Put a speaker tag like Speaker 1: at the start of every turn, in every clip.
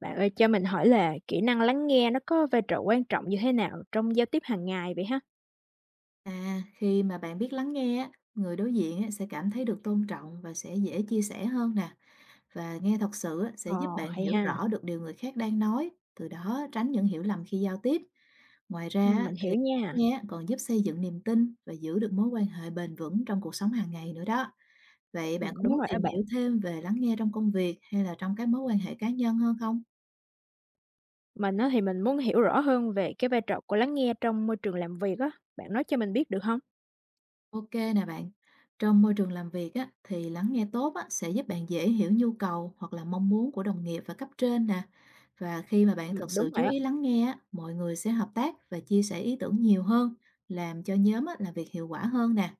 Speaker 1: Bạn ơi, cho mình hỏi là kỹ năng lắng nghe nó có vai trò quan trọng như thế nào trong giao tiếp hàng ngày vậy ha?
Speaker 2: À, khi mà bạn biết lắng nghe á, người đối diện á, sẽ cảm thấy được tôn trọng và sẽ dễ chia sẻ hơn nè. Và nghe thật sự á, sẽ
Speaker 1: Ờ,
Speaker 2: giúp bạn
Speaker 1: hay
Speaker 2: hiểu
Speaker 1: ha.
Speaker 2: rõ được điều người khác đang nói, từ đó tránh những hiểu lầm khi giao tiếp. Ngoài ra á,
Speaker 1: Mình
Speaker 2: thì
Speaker 1: hiểu nha.
Speaker 2: nghe á, còn giúp xây dựng niềm tin và giữ được mối quan hệ bền vững trong cuộc sống hàng ngày nữa đó. Vậy bạn có
Speaker 1: Đúng
Speaker 2: muốn
Speaker 1: rồi á
Speaker 2: tìm
Speaker 1: bạn.
Speaker 2: hiểu thêm về lắng nghe trong công việc hay là trong các mối quan hệ cá nhân hơn không?
Speaker 1: Mình á thì mình muốn hiểu rõ hơn về cái vai trò của lắng nghe trong môi trường làm việc á. Bạn nói cho mình biết được không?
Speaker 2: Ok nè bạn, trong môi trường làm việc á, thì lắng nghe tốt á, sẽ giúp bạn dễ hiểu nhu cầu hoặc là mong muốn của đồng nghiệp và cấp trên nè. Và khi mà bạn thật
Speaker 1: Đúng
Speaker 2: sự chú
Speaker 1: rồi á.
Speaker 2: ý lắng nghe á, mọi người sẽ hợp tác và chia sẻ ý tưởng nhiều hơn, làm cho nhóm á, làm việc hiệu quả hơn nè.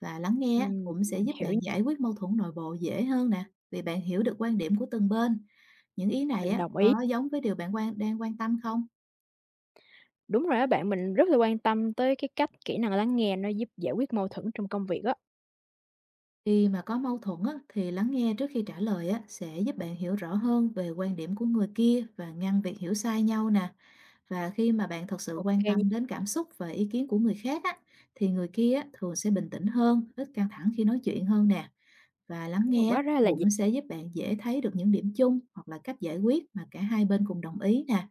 Speaker 2: Và lắng nghe á, cũng sẽ
Speaker 1: Mình
Speaker 2: giúp
Speaker 1: hiểu,
Speaker 2: bạn giải quyết mâu thuẫn nội bộ dễ hơn nè, vì bạn hiểu được quan điểm của từng bên. Những ý này
Speaker 1: mình
Speaker 2: á,
Speaker 1: đồng ý.
Speaker 2: có giống với điều bạn đang quan tâm không?
Speaker 1: Đúng rồi á bạn, mình rất là quan tâm tới cái cách kỹ năng lắng nghe nó giúp giải quyết mâu thuẫn trong công việc á.
Speaker 2: Khi mà có mâu thuẫn á, thì lắng nghe trước khi trả lời á, sẽ giúp bạn hiểu rõ hơn về quan điểm của người kia và ngăn việc hiểu sai nhau nè. Và khi mà bạn thật sự quan
Speaker 1: OK nha,
Speaker 2: tâm đến cảm xúc và ý kiến của người khác á, thì người kia á, thường sẽ bình tĩnh hơn, ít căng thẳng khi nói chuyện hơn nè. Và lắng nghe á,
Speaker 1: quá ra là vậy.
Speaker 2: cũng sẽ giúp bạn dễ thấy được những điểm chung hoặc là cách giải quyết mà cả hai bên cùng đồng ý nè.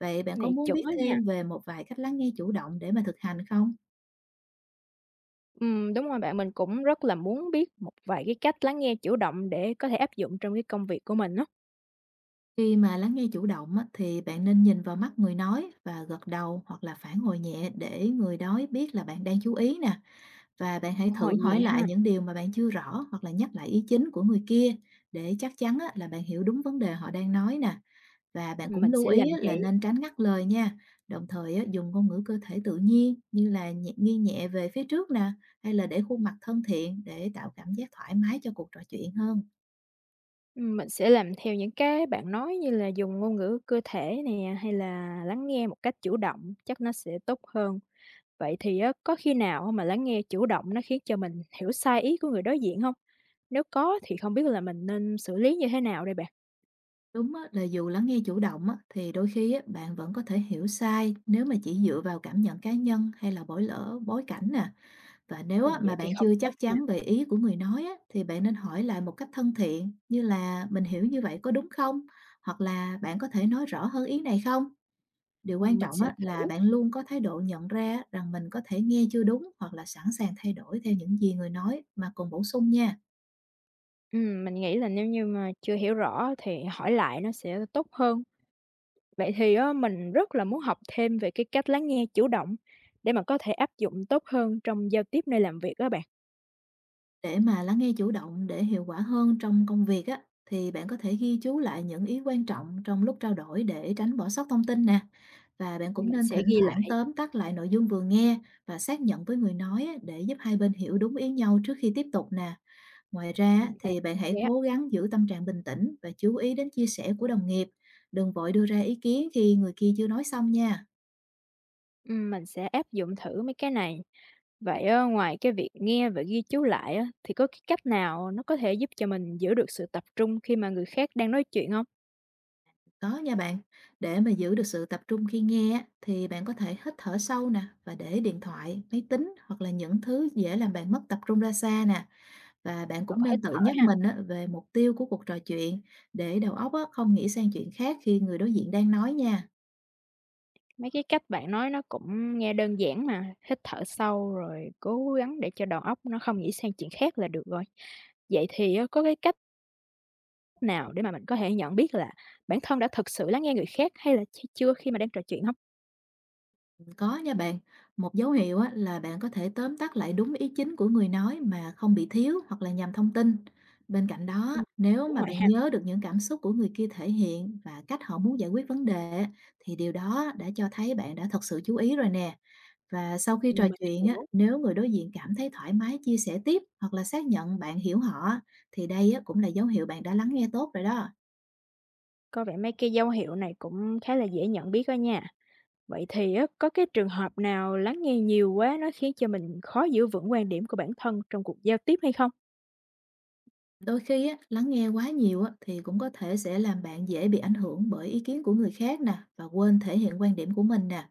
Speaker 2: Vậy bạn
Speaker 1: Cái
Speaker 2: có
Speaker 1: này
Speaker 2: muốn
Speaker 1: chuẩn
Speaker 2: biết
Speaker 1: á nha.
Speaker 2: thêm về một vài cách lắng nghe chủ động để mà thực hành không?
Speaker 1: Đúng rồi bạn, mình cũng rất là muốn biết một vài cái cách lắng nghe chủ động để có thể áp dụng trong cái công việc của mình đó.
Speaker 2: Khi mà lắng nghe chủ động á, thì bạn nên nhìn vào mắt người nói và gật đầu hoặc là phản hồi nhẹ để người nói biết là bạn đang chú ý nè. Và bạn hãy
Speaker 1: Bạn hồi
Speaker 2: thử hỏi
Speaker 1: nhẹ
Speaker 2: lại
Speaker 1: ha,
Speaker 2: những điều mà bạn chưa rõ hoặc là nhắc lại ý chính của người kia để chắc chắn á, là bạn hiểu đúng vấn đề họ đang nói nè. Và bạn cũng
Speaker 1: mình
Speaker 2: lưu
Speaker 1: sẽ làm
Speaker 2: ý á, là
Speaker 1: vậy,
Speaker 2: nên tránh ngắt lời nha. Đồng thời á, dùng ngôn ngữ cơ thể tự nhiên như là nghiêng nhẹ về phía trước nè, hay là để khuôn mặt thân thiện để tạo cảm giác thoải mái cho cuộc trò chuyện hơn.
Speaker 1: mình sẽ làm theo những cái bạn nói như là dùng ngôn ngữ cơ thể nè, hay là lắng nghe một cách chủ động, chắc nó sẽ tốt hơn. Vậy thì á, có khi nào mà lắng nghe chủ động nó khiến cho mình hiểu sai ý của người đối diện không? Nếu có thì không biết là mình nên xử lý như thế nào đây bạn?
Speaker 2: Đúng á, là dù lắng nghe chủ động á, thì đôi khi á, bạn vẫn có thể hiểu sai nếu mà chỉ dựa vào cảm nhận cá nhân hay là bối cảnh nè. Và nếu á,
Speaker 1: Vậy
Speaker 2: mà
Speaker 1: thì
Speaker 2: bạn
Speaker 1: không
Speaker 2: chưa
Speaker 1: tốt
Speaker 2: chắc
Speaker 1: ha,
Speaker 2: chắn về ý của người nói á, thì bạn nên hỏi lại một cách thân thiện như là: mình hiểu như vậy có đúng không? Hoặc là bạn có thể nói rõ hơn ý này không? Điều quan
Speaker 1: mình
Speaker 2: trọng
Speaker 1: sẽ
Speaker 2: á, là
Speaker 1: thử.
Speaker 2: bạn luôn có thái độ nhận ra rằng mình có thể nghe chưa đúng hoặc là sẵn sàng thay đổi theo những gì người nói mà còn bổ sung nha.
Speaker 1: Mình nghĩ là nếu như mà chưa hiểu rõ thì hỏi lại nó sẽ tốt hơn. Vậy thì á, mình rất là muốn học thêm về cái cách lắng nghe chủ động để mà có thể áp dụng tốt hơn trong giao tiếp nơi làm việc các bạn.
Speaker 2: Để mà lắng nghe chủ động để hiệu quả hơn trong công việc á, thì bạn có thể ghi chú lại những ý quan trọng trong lúc trao đổi để tránh bỏ sót thông tin nè. Và bạn cũng
Speaker 1: Mình
Speaker 2: nên
Speaker 1: sẽ
Speaker 2: thỉnh
Speaker 1: ghi
Speaker 2: thoảng
Speaker 1: lại.
Speaker 2: tóm tắt lại nội dung vừa nghe và xác nhận với người nói á, để giúp hai bên hiểu đúng ý nhau trước khi tiếp tục nè. Ngoài ra á,
Speaker 1: Ừm. À,
Speaker 2: thì bạn hãy
Speaker 1: yeah,
Speaker 2: cố gắng giữ tâm trạng bình tĩnh và chú ý đến chia sẻ của đồng nghiệp. Đừng vội đưa ra ý kiến khi người kia chưa nói xong nha.
Speaker 1: mình sẽ áp dụng thử mấy cái này. Vậy á, ngoài cái việc nghe và ghi chú lại á, thì có cái cách nào nó có thể giúp cho mình giữ được sự tập trung khi mà người khác đang nói chuyện không?
Speaker 2: Có nha bạn, để mà giữ được sự tập trung khi nghe á, thì bạn có thể hít thở sâu nè, và để điện thoại, máy tính hoặc là những thứ dễ làm bạn mất tập trung ra xa nè. Và bạn
Speaker 1: Ờ,
Speaker 2: cũng nên
Speaker 1: hít
Speaker 2: tự
Speaker 1: thở
Speaker 2: nhắc
Speaker 1: ha.
Speaker 2: mình á, về mục tiêu của cuộc trò chuyện, để đầu óc á, không nghĩ sang chuyện khác khi người đối diện đang nói nha.
Speaker 1: Mấy cái cách bạn nói nó cũng nghe đơn giản mà, hít thở sâu rồi cố gắng để cho đầu óc nó không nghĩ sang chuyện khác là được rồi. Vậy thì á, có cái cách nào để mà mình có thể nhận biết là bản thân đã thực sự lắng nghe người khác hay là chưa khi mà đang trò chuyện không?
Speaker 2: Có nha bạn, một dấu hiệu á, là bạn có thể tóm tắt lại đúng ý chính của người nói mà không bị thiếu hoặc là nhầm thông tin. Bên cạnh đó,
Speaker 1: Ừm,
Speaker 2: nếu
Speaker 1: đúng
Speaker 2: mà
Speaker 1: rồi
Speaker 2: bạn
Speaker 1: ha,
Speaker 2: nhớ được những cảm xúc của người kia thể hiện và cách họ muốn giải quyết vấn đề, thì điều đó đã cho thấy bạn đã thật sự chú ý rồi nè. Và sau khi trò
Speaker 1: mình
Speaker 2: chuyện á,
Speaker 1: hiểu.
Speaker 2: nếu người đối diện cảm thấy thoải mái chia sẻ tiếp hoặc là xác nhận bạn hiểu họ, thì đây á, cũng là dấu hiệu bạn đã lắng nghe tốt rồi đó.
Speaker 1: Có vẻ mấy cái dấu hiệu này cũng khá là dễ nhận biết đó nha. Vậy thì á, có cái trường hợp nào lắng nghe nhiều quá nó khiến cho mình khó giữ vững quan điểm của bản thân trong cuộc giao tiếp hay không?
Speaker 2: Đôi khi á, lắng nghe quá nhiều á, thì cũng có thể sẽ làm bạn dễ bị ảnh hưởng bởi ý kiến của người khác nè, và quên thể hiện quan điểm của mình nè.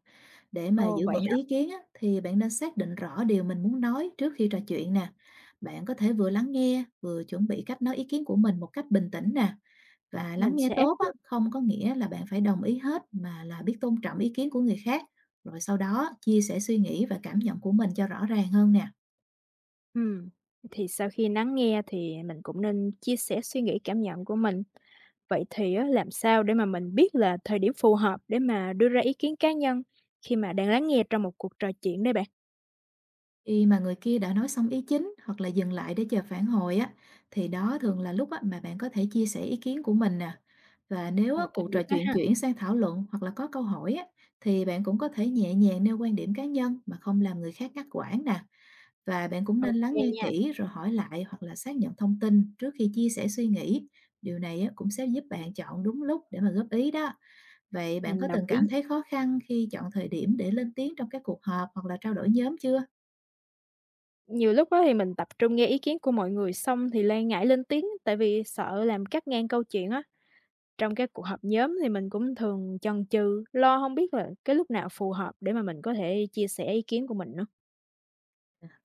Speaker 2: Để mà
Speaker 1: Ồ,
Speaker 2: giữ
Speaker 1: vậy
Speaker 2: vững
Speaker 1: hả?
Speaker 2: ý kiến á, thì bạn nên xác định rõ điều mình muốn nói trước khi trò chuyện nè. Bạn có thể vừa lắng nghe, vừa chuẩn bị cách nói ý kiến của mình một cách bình tĩnh nè. Và lắng
Speaker 1: Mình
Speaker 2: nghe
Speaker 1: sẽ áp
Speaker 2: tốt á,
Speaker 1: dụng.
Speaker 2: không có nghĩa là bạn phải đồng ý hết, mà là biết tôn trọng ý kiến của người khác. Rồi sau đó chia sẻ suy nghĩ và cảm nhận của mình cho rõ ràng hơn nè.
Speaker 1: Ừm, thì sau khi lắng nghe thì mình cũng nên chia sẻ suy nghĩ, cảm nhận của mình. Vậy thì á, làm sao để mà mình biết là thời điểm phù hợp để mà đưa ra ý kiến cá nhân khi mà đang lắng nghe trong một cuộc trò chuyện đây bạn?
Speaker 2: Khi mà người kia đã nói xong ý chính hoặc là dừng lại để chờ phản hồi á, thì đó thường là lúc á, mà bạn có thể chia sẻ ý kiến của mình nè. Và nếu
Speaker 1: Ờ,
Speaker 2: á,
Speaker 1: thời
Speaker 2: cuộc
Speaker 1: điểm
Speaker 2: trò
Speaker 1: đó
Speaker 2: chuyện
Speaker 1: ha.
Speaker 2: chuyển sang thảo luận hoặc là có câu hỏi á, thì bạn cũng có thể nhẹ nhàng nêu quan điểm cá nhân mà không làm người khác ngắt quãng nè. Và bạn cũng nên lắng
Speaker 1: OK
Speaker 2: nghe
Speaker 1: nha,
Speaker 2: kỹ rồi hỏi lại hoặc là xác nhận thông tin trước khi chia sẻ suy nghĩ. Điều này á, cũng sẽ giúp bạn chọn đúng lúc để mà góp ý đó. Vậy bạn có
Speaker 1: mình đồng
Speaker 2: từng
Speaker 1: ý.
Speaker 2: cảm thấy khó khăn khi chọn thời điểm để lên tiếng trong các cuộc họp hoặc là trao đổi nhóm chưa?
Speaker 1: Nhiều lúc đó thì mình tập trung nghe ý kiến của mọi người xong thì lại ngại lên tiếng tại vì sợ làm cắt ngang câu chuyện á. Trong các cuộc họp nhóm thì mình cũng thường chần chừ, lo không biết là cái lúc nào phù hợp để mà mình có thể chia sẻ ý kiến của mình nữa.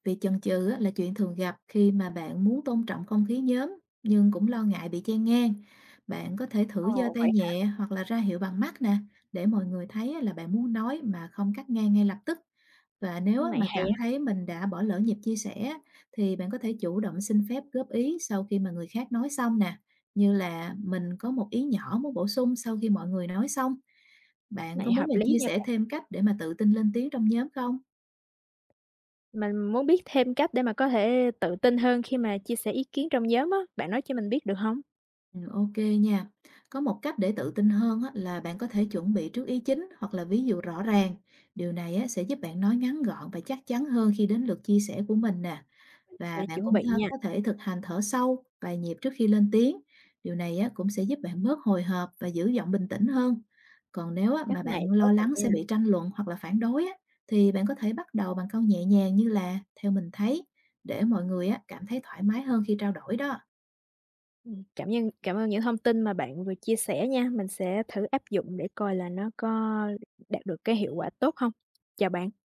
Speaker 2: Việc chần chừ á, là chuyện thường gặp khi mà bạn muốn tôn trọng không khí nhóm nhưng cũng lo ngại bị chen ngang. Bạn có thể thử giơ
Speaker 1: Ồ,
Speaker 2: tay
Speaker 1: vậy hả?
Speaker 2: nhẹ hoặc là ra hiệu bằng mắt nè, để mọi người thấy á, là bạn muốn nói mà không cắt ngang ngay lập tức. Và nếu
Speaker 1: Cái
Speaker 2: á,
Speaker 1: này
Speaker 2: mà
Speaker 1: hay
Speaker 2: cảm
Speaker 1: á.
Speaker 2: thấy mình đã bỏ lỡ nhịp chia sẻ á, thì bạn có thể chủ động xin phép góp ý sau khi mà người khác nói xong nè. Như là: mình có một ý nhỏ muốn bổ sung sau khi mọi người nói xong. Bạn có
Speaker 1: Này,
Speaker 2: muốn
Speaker 1: hợp
Speaker 2: mình
Speaker 1: lý
Speaker 2: chia
Speaker 1: nha
Speaker 2: sẻ
Speaker 1: bạn.
Speaker 2: thêm cách để mà tự tin lên tiếng trong nhóm không?
Speaker 1: Mình muốn biết thêm cách để mà có thể tự tin hơn khi mà chia sẻ ý kiến trong nhóm á, bạn nói cho mình biết được không?
Speaker 2: Ừ, Ok nha. Có một cách để tự tin hơn á, là bạn có thể chuẩn bị trước ý chính hoặc là ví dụ rõ ràng. Điều này á, sẽ giúp bạn nói ngắn gọn và chắc chắn hơn khi đến lượt chia sẻ của mình nè.
Speaker 1: Mình
Speaker 2: Và
Speaker 1: sẽ
Speaker 2: bạn
Speaker 1: chuẩn
Speaker 2: cũng
Speaker 1: bị nha,
Speaker 2: có thể thực hành thở sâu vài nhịp trước khi lên tiếng. Điều này á, cũng sẽ giúp bạn bớt hồi hộp và giữ giọng bình tĩnh hơn. Còn nếu á, mà
Speaker 1: cách này
Speaker 2: bạn
Speaker 1: tốt
Speaker 2: lo
Speaker 1: bạn
Speaker 2: lắng
Speaker 1: nha.
Speaker 2: sẽ bị tranh luận hoặc là phản đối á, thì bạn có thể bắt đầu bằng câu nhẹ nhàng như là: theo mình thấy, để mọi người á, cảm thấy thoải mái hơn khi trao đổi đó.
Speaker 1: Cảm ơn những thông tin mà bạn vừa chia sẻ nha, mình sẽ thử áp dụng để coi là nó có đạt được cái hiệu quả tốt không. Chào bạn.